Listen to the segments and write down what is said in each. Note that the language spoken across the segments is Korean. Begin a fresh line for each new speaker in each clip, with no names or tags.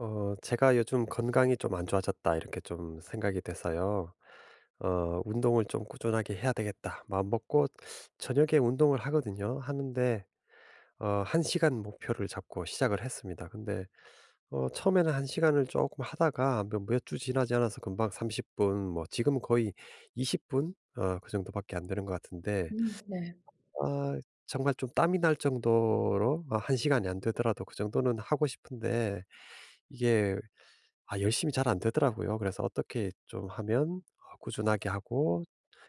제가 요즘 건강이 좀 안 좋아졌다, 이렇게 좀 생각이 돼서요. 운동을 좀 꾸준하게 해야 되겠다. 마음먹고 저녁에 운동을 하거든요. 하는데, 한 시간 목표를 잡고 시작을 했습니다. 근데, 처음에는 한 시간을 조금 하다가 몇 주 지나지 않아서 금방 30분, 뭐, 지금 거의 20분? 그 정도밖에 안 되는 것 같은데,
음. 네.
아, 정말 좀 땀이 날 정도로, 한 시간이 안 되더라도 그 정도는 하고 싶은데, 이게 열심히 잘 안 되더라고요. 그래서 어떻게 좀 하면 꾸준하게 하고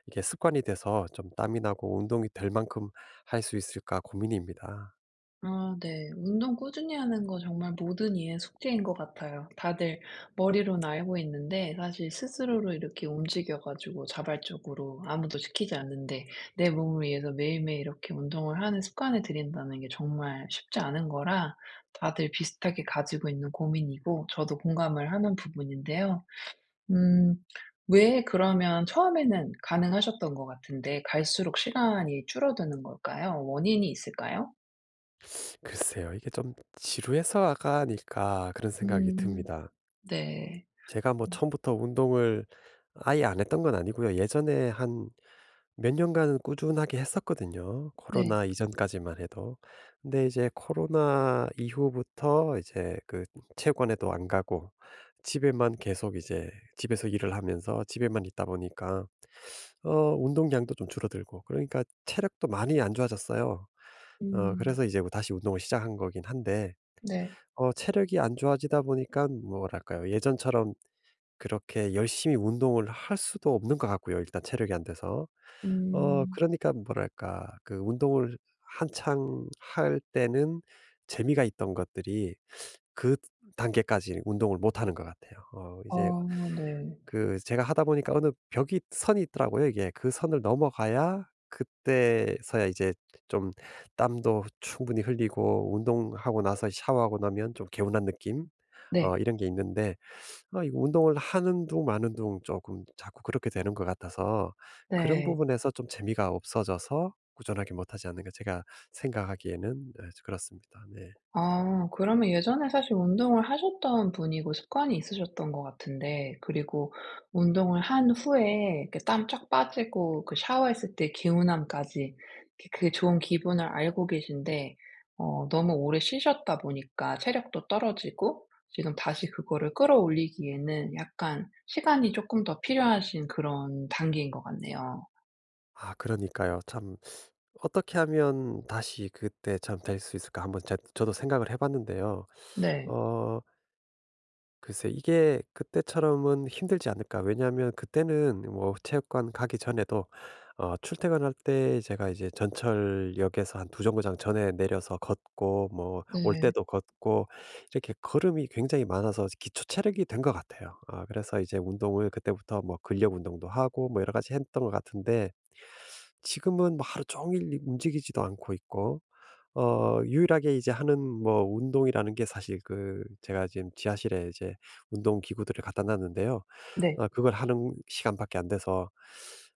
이게 습관이 돼서 좀 땀이 나고 운동이 될 만큼 할 수 있을까 고민입니다.
아, 네. 운동 꾸준히 하는 거 정말 모든 이의 숙제인 것 같아요. 다들 머리로는 알고 있는데 사실 스스로로 이렇게 움직여 가지고 자발적으로 아무도 시키지 않는데 내 몸을 위해서 매일매일 이렇게 운동을 하는 습관을 들인다는 게 정말 쉽지 않은 거라 다들 비슷하게 가지고 있는 고민이고 저도 공감을 하는 부분인데요. 음 왜 그러면 처음에는 가능하셨던 것 같은데 갈수록 시간이 줄어드는 걸까요? 원인이 있을까요?
글쎄요. 이게 좀 지루해서가 아닐까 그런 생각이
음.
듭니다.
네.
제가 뭐
어.
처음부터 운동을 아예 안 했던 건 아니고요. 예전에 한 몇 년간은 꾸준하게 했었거든요,
네.
코로나 이전까지만 해도. 근데 이제 코로나 이후부터 이제 그 체육관에도 안 가고 집에만 계속 이제 집에서 일을 하면서 집에만 있다 보니까 운동량도 좀 줄어들고 그러니까 체력도 많이 안 좋아졌어요.
음.
그래서 이제 뭐 다시 운동을 시작한 거긴 한데
네.
체력이 안 좋아지다 보니까 뭐랄까요? 예전처럼 그렇게 열심히 운동을 할 수도 없는 것 같고요, 일단 체력이 안 돼서.
음.
그러니까 뭐랄까 그 운동을 한창 할 때는 재미가 있던 것들이 그 단계까지 운동을 못 하는 것 같아요.
아,
이제
네.
그 제가 하다 보니까 어느 벽이 선이 있더라고요, 이게. 그 선을 넘어가야 그때서야 이제 좀 땀도 충분히 흘리고 운동하고 나서 샤워하고 나면 좀 개운한 느낌?
네.
이런 게 있는데 이거 운동을 하는 둥 마는 둥 조금 자꾸 그렇게 되는 것 같아서 그런
네.
부분에서 좀 재미가 없어져서 꾸준하게 못하지 않는가 제가 생각하기에는 네, 그렇습니다. 네.
아, 그러면 예전에 사실 운동을 하셨던 분이고 습관이 있으셨던 것 같은데, 그리고 운동을 한 후에 땀 쫙 빠지고 그 샤워했을 때 개운함까지 그 좋은 기분을 알고 계신데 너무 오래 쉬셨다 보니까 체력도 떨어지고 지금 다시 그거를 끌어올리기에는 약간 시간이 조금 더 필요하신 그런 단계인 것 같네요.
그러니까요. 참 어떻게 하면 다시 그때 참 될 수 있을까 한번 제 저도 생각을 해 봤는데요.
네.
어 글쎄 이게 그때처럼은 힘들지 않을까. 왜냐하면 그때는 뭐 체육관 가기 전에도 출퇴근할 때 제가 이제 전철역에서 한 두 정거장 전에 내려서 걷고 뭐 올
네.
때도 걷고 이렇게 걸음이 굉장히 많아서 기초 체력이 된 것 같아요. 그래서 이제 운동을 그때부터 뭐 근력 운동도 하고 뭐 여러 가지 했던 것 같은데 지금은 뭐 하루 종일 움직이지도 않고 있고 유일하게 이제 하는 뭐 운동이라는 게 사실 그 제가 지금 지하실에 이제 운동 기구들을 갖다 놨는데요.
네.
그걸 하는 시간밖에 안 돼서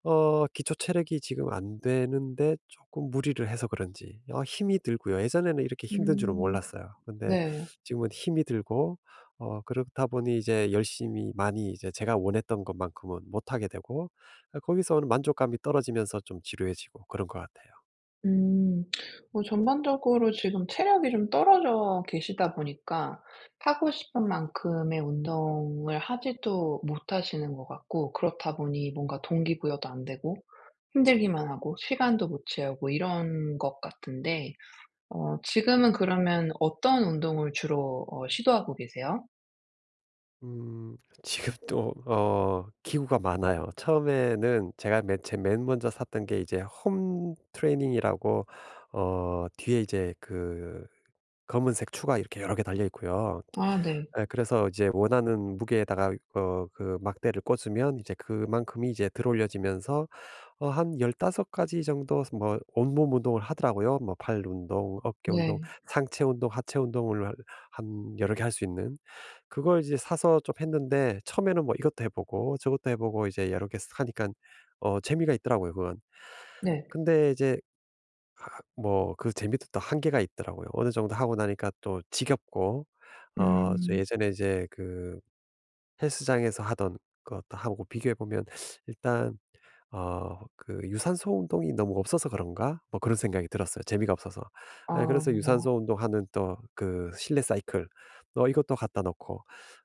기초 체력이 지금 안 되는데 조금 무리를 해서 그런지 힘이 들고요. 예전에는 이렇게 힘든 줄은
음.
몰랐어요. 근데
네.
지금은 힘이 들고 그렇다 보니 이제 열심히 많이 이제 제가 원했던 것만큼은 못 하게 되고 거기서 오는 만족감이 떨어지면서 좀 지루해지고 그런 것 같아요.
음. 뭐 전반적으로 지금 체력이 좀 떨어져 계시다 보니까 하고 싶은 만큼의 운동을 하지도 못하시는 것 같고, 그렇다 보니 뭔가 동기부여도 안 되고 힘들기만 하고 시간도 못 채우고 이런 것 같은데, 지금은 그러면 어떤 운동을 주로 시도하고 계세요?
음 지금도 기구가 많아요. 처음에는 제가 맨 먼저 샀던 게 이제 홈 트레이닝이라고 뒤에 이제 그 검은색 추가 이렇게 여러 개 달려 있고요.
아, 네.
예, 그래서 이제 원하는 무게에다가 그 막대를 꽂으면 이제 그만큼이 이제 들어올려지면서 한 15 가지 정도 뭐 온몸 운동을 하더라고요. 뭐 팔 운동, 어깨 운동,
네.
상체 운동, 하체 운동을 한 여러 개 할 수 있는. 그걸 이제 사서 좀 했는데 처음에는 뭐 이것도 해 보고 저것도 해 보고 이제 여러 개 하니까 재미가 있더라고요 그건.
네.
근데 이제 뭐 그 재미도 또 한계가 있더라고요. 어느 정도 하고 나니까 또 지겹고 어저
음.
예전에 이제 그 헬스장에서 하던 것도 하고 비교해 보면 일단 그 "유산소 운동이 너무 없어서 그런가?" 뭐 그런 생각이 들었어요 재미가 없어서. 예, 그래서
아.
유산소 운동하는 또 그 실내 사이클 이것도 갖다 놓고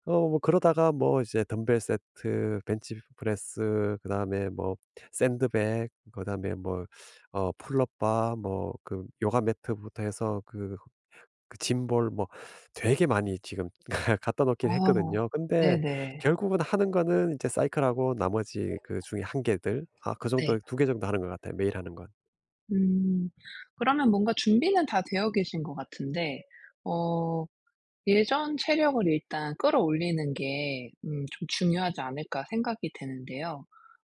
뭐 그러다가 뭐 이제 덤벨 세트, 벤치 프레스 그다음에 뭐 샌드백 그다음에 뭐 풀업 바 뭐 그 요가 매트부터 해서 그 그 짐볼 뭐 되게 많이 지금 갖다
아.
놓긴 했거든요. 근데
네네.
결국은 하는 거는 이제 사이클하고 나머지 그 중에 한 개들 그 정도
네.
두 개 정도 하는 것 같아요, 매일 하는 건.
음. 그러면 뭔가 준비는 다 되어 계신 것 같은데, 어 예전 체력을 일단 끌어올리는 게 음, 좀 중요하지 않을까 생각이 되는데요.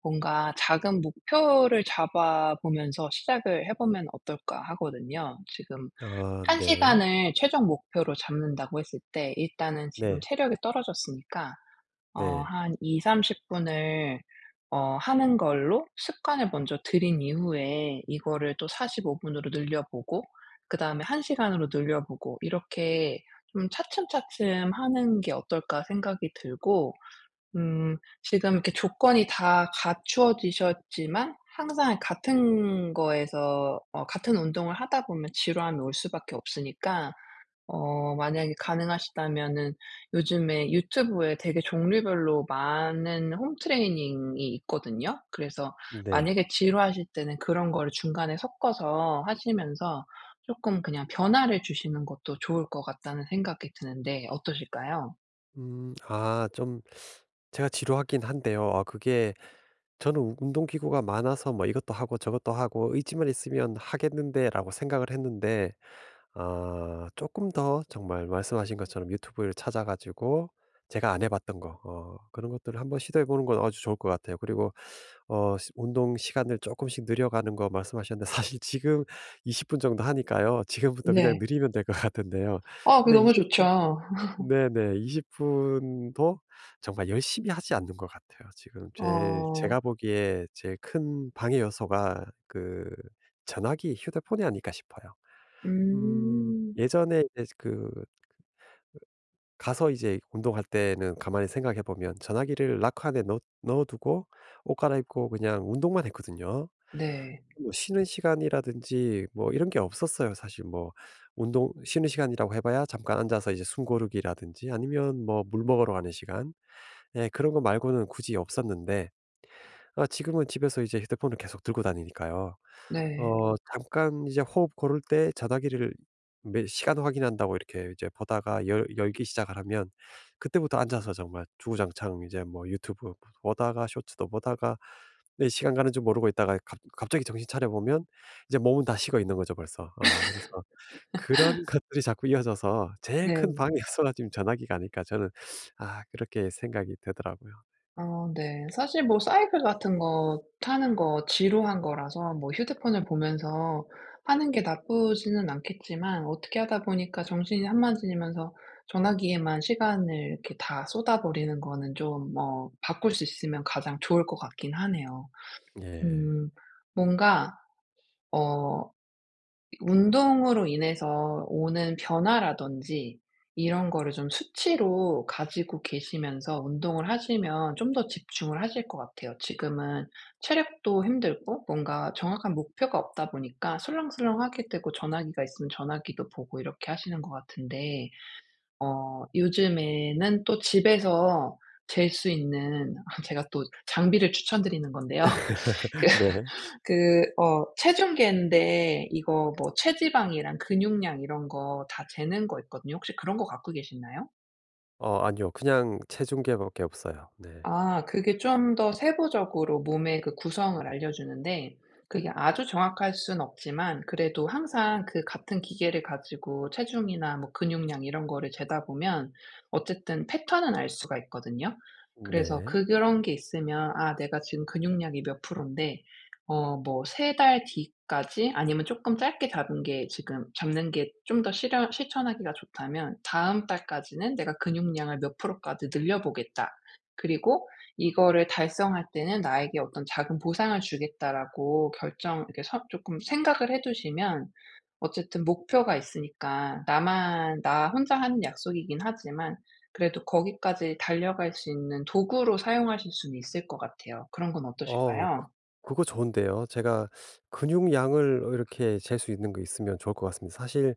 뭔가 '작은 목표를 잡아 보면서 시작을 해 보면 어떨까.' 하거든요. 지금
아
한
네.
시간을 최종 목표로 잡는다고 했을 때 일단은 지금
네.
체력이 떨어졌으니까
네.
한2삼3 0 분을 하는 걸로 습관을 먼저 들인 이후에 이거를 또 45 분으로 늘려 보고 그다음에 1 시간으로 늘려 보고 이렇게 좀 차츰차츰 하는 게 어떨까 생각이 들고, 음, 지금 이렇게 조건이 다 갖추어지셨지만 항상 같은 거에서 같은 운동을 하다 보면 지루함이 올 수밖에 없으니까 만약에 가능하시다면은 요즘에 유튜브에 되게 종류별로 많은 홈트레이닝이 있거든요. 그래서
네.
만약에 지루하실 때는 그런 거를 중간에 섞어서 하시면서 조금 그냥 변화를 주시는 것도 좋을 것 같다는 생각이 드는데 어떠실까요?
좀 제가 지루하긴 한데요. 그게 저는 우 "운동기구가 많아서 뭐 이것도 하고 저것도 하고 의지만 있으면 하겠는데."라고 생각을 했는데 조금 더 정말 말씀하신 것처럼 유튜브를 찾아 가지고 제가 안 해 봤던 거 그런 것들을 한번 시도해 보는 건 아주 좋을 것 같아요. 그리고 어 시 운동 시간을 조금씩 늘려 가는 거 말씀하셨는데 사실 지금 20분 정도 하니까요. 지금부터 그냥
네.
늘리면 될 것 같은데요.
아, 그
근데
너무
20 분,
좋죠.
네네. 20 분도 정말 열심히 하지 않는 것 같아요. 지금 제일
어.
제가 보기에 제일 큰 방해 요소가 그 전화기, 휴대폰이 아닐까 싶어요.
음.
예전에 이제 그 가서 이제 운동할 때는 가만히 생각해 보면 전화기를 락 안에 넣 넣어 두고 옷 갈아입고 그냥 운동만 했거든요.
네.
뭐 쉬는 시간이라든지 뭐 이런 게 없었어요. 사실 뭐 운동 쉬는 시간이라고 해 봐야 잠깐 앉아서 이제 숨 고르기라든지 아니면 뭐 물 먹으러 가는 시간, 예 그런 거 말고는 굳이 없었는데 지금은 집에서 이제 휴대폰을 계속 들고 다니니까요.
네.
잠깐 이제 호흡 고를 때 자다기를 매 시간 확인한다고 이렇게 이제 보다가 열 열기 시작을 하면 그때부터 앉아서 정말 주구장창 이제 뭐 유튜브 보다가 쇼츠도 보다가 네 시간 가는 줄 모르고 있다가 갑 갑자기 정신 차려 보면 이제 몸은 다 식어 있는 거죠 벌써. 그래서 그런 것들이 자꾸 이어져서 제일 큰
네.
방해가 쏟아지면 전화기가 아닐까 저는 그렇게 생각이 되더라고요.
어, 네. 사실 뭐 사이클 같은 거 타는 거 지루한 거라서 뭐 휴대폰을 보면서 하는 게 나쁘지는 않겠지만, 어떻게 하다 보니까 정신이 한만해지면서 전화기에만 시간을 이렇게 다 쏟아버리는 거는 좀 바꿀 수 있으면 가장 좋을 것 같긴 하네요.
예.
음, 뭔가 어 운동으로 인해서 오는 변화라든지 이런 거를 좀 수치로 가지고 계시면서 운동을 하시면 좀 더 집중을 하실 것 같아요. 지금은 체력도 힘들고 뭔가 정확한 목표가 없다 보니까 술렁술렁 하게 되고, 전화기가 있으면 전화기도 보고 이렇게 하시는 것 같은데, 요즘에는 또 집에서 잴 수 있는 제가 또 장비를 추천드리는 건데요.
네.
그 체중계인데 이거 뭐 체지방이랑 근육량 이런 거 다 재는 거 있거든요. 혹시 그런 거 갖고 계시나요?
아니요. 그냥 체중계 밖에 없어요. 네.
아, 그게 좀 더 세부적으로 몸의 그 구성을 알려주는데, 그게 아주 정확할 순 없지만 그래도 항상 그 같은 기계를 가지고 체중이나 뭐 근육량 이런 거를 재다 보면 어쨌든 패턴은 알 수가 있거든요. 그래서
네.
그런 게 있으면 '아, 내가 지금 근육량이 몇 프로인데 세 달 뒤까지, 아니면 조금 짧게 잡은 게 지금 잡는 게 좀 더 실현 실천하기가 좋다면 다음 달까지는 내가 근육량을 몇 프로까지 늘려 보겠다.' 그리고 이거를 달성할 때는 나에게 어떤 작은 보상을 주겠다라고 결정, 이렇게 서금 생각을 해 두시면 어쨌든 목표가 있으니까, 나만 나 혼자 하는 약속이긴 하지만 그래도 거기까지 달려갈 수 있는 도구로 사용하실 수는 있을 것 같아요. 그런 건
어 그
어떠실까요?
그거 좋은데요. 제가 근육량을 이렇게 잴 수 있는 거 있으면 좋을 것 같습니다. 사실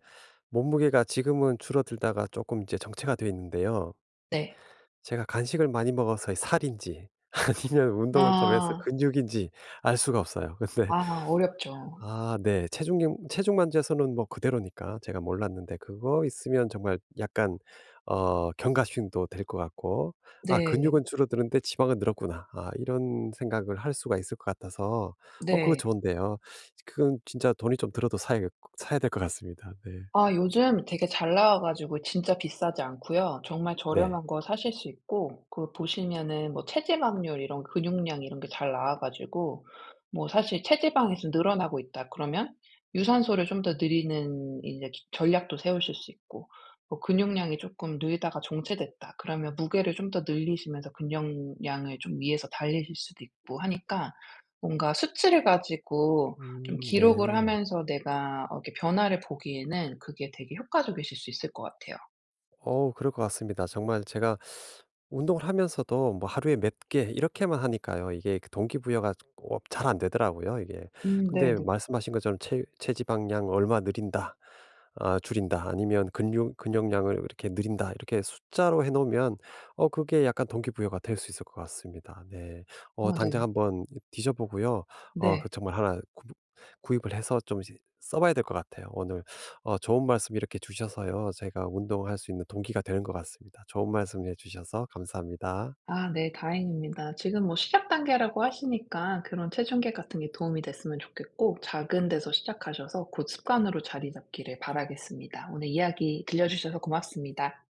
몸무게가 지금은 줄어들다가 조금 이제 정체가 돼 있는데요.
네.
제가 간식을 많이 먹어서 살인지 아니면 운동을 좀 해서
아.
근육인지 알 수가 없어요. 근데
아, 어렵죠.
아 네. 체중경 체중만제서는 뭐 그대로니까 제가 몰랐는데 그거 있으면 정말 약간 경각심도 될 것 같고 "아
네.
근육은 줄어드는데 지방은 늘었구나." 이런 생각을 할 수가 있을 것 같아서 그거
네.
좋은데요. 그건 진짜 돈이 좀 들어도 사야 될 것 같습니다. 네.
아, 요즘 되게 잘 나와 가지고 진짜 비싸지 않고요. 정말
네.
저렴한 거 사실 수 있고, 그 보시면은 뭐 체지방률 이런 근육량 이런 게 잘 나와 가지고 뭐 사실 체지방이 서 늘어나고 있다 그러면 유산소를 좀 더 늘리는 이제 기 전략도 세우실 수 있고, 뭐 근육량이 조금 늘다가 정체됐다 그러면 무게를 좀 더 늘리시면서 근육량을 좀 위에서 달리실 수도 있고 하니까 뭔가 수치를 가지고 좀 기록을
네.
하면서 내가 이렇게 변화를 보기에는 그게 되게 효과적이실 수 있을 것 같아요.
그럴 것 같습니다. 정말 제가 운동을 하면서도 뭐 하루에 몇 개 이렇게만 하니까요. 이게 그 동기부여가 잘 안 되더라고요 이게.
음.
근데
네네.
말씀하신 것처럼 체 체지방량 얼마 늘린다, 줄인다, 아니면 근육량을 이렇게 늘린다, 이렇게 숫자로 해 놓으면 그게 약간 동기부여가 될 수 있을 것 같습니다. 네.
어, 네.
당장 한번 뒤져 보고요.
네.
정말 하구 구입을 해서 좀 이제 써 봐야 될 것 같아요. 오늘 좋은 말씀 이렇게 주셔서요. 제가 운동할 수 있는 동기가 되는 것 같습니다. 좋은 말씀 해 주셔서 감사합니다.
아, 네, 다행입니다. 지금 뭐 시작 단계라고 하시니까 그런 체중계 같은 게 도움이 됐으면 좋겠고, 작은 데서 시작하셔서 곧 습관으로 자리 잡기를 바라겠습니다. 오늘 이야기 들려주셔서 고맙습니다.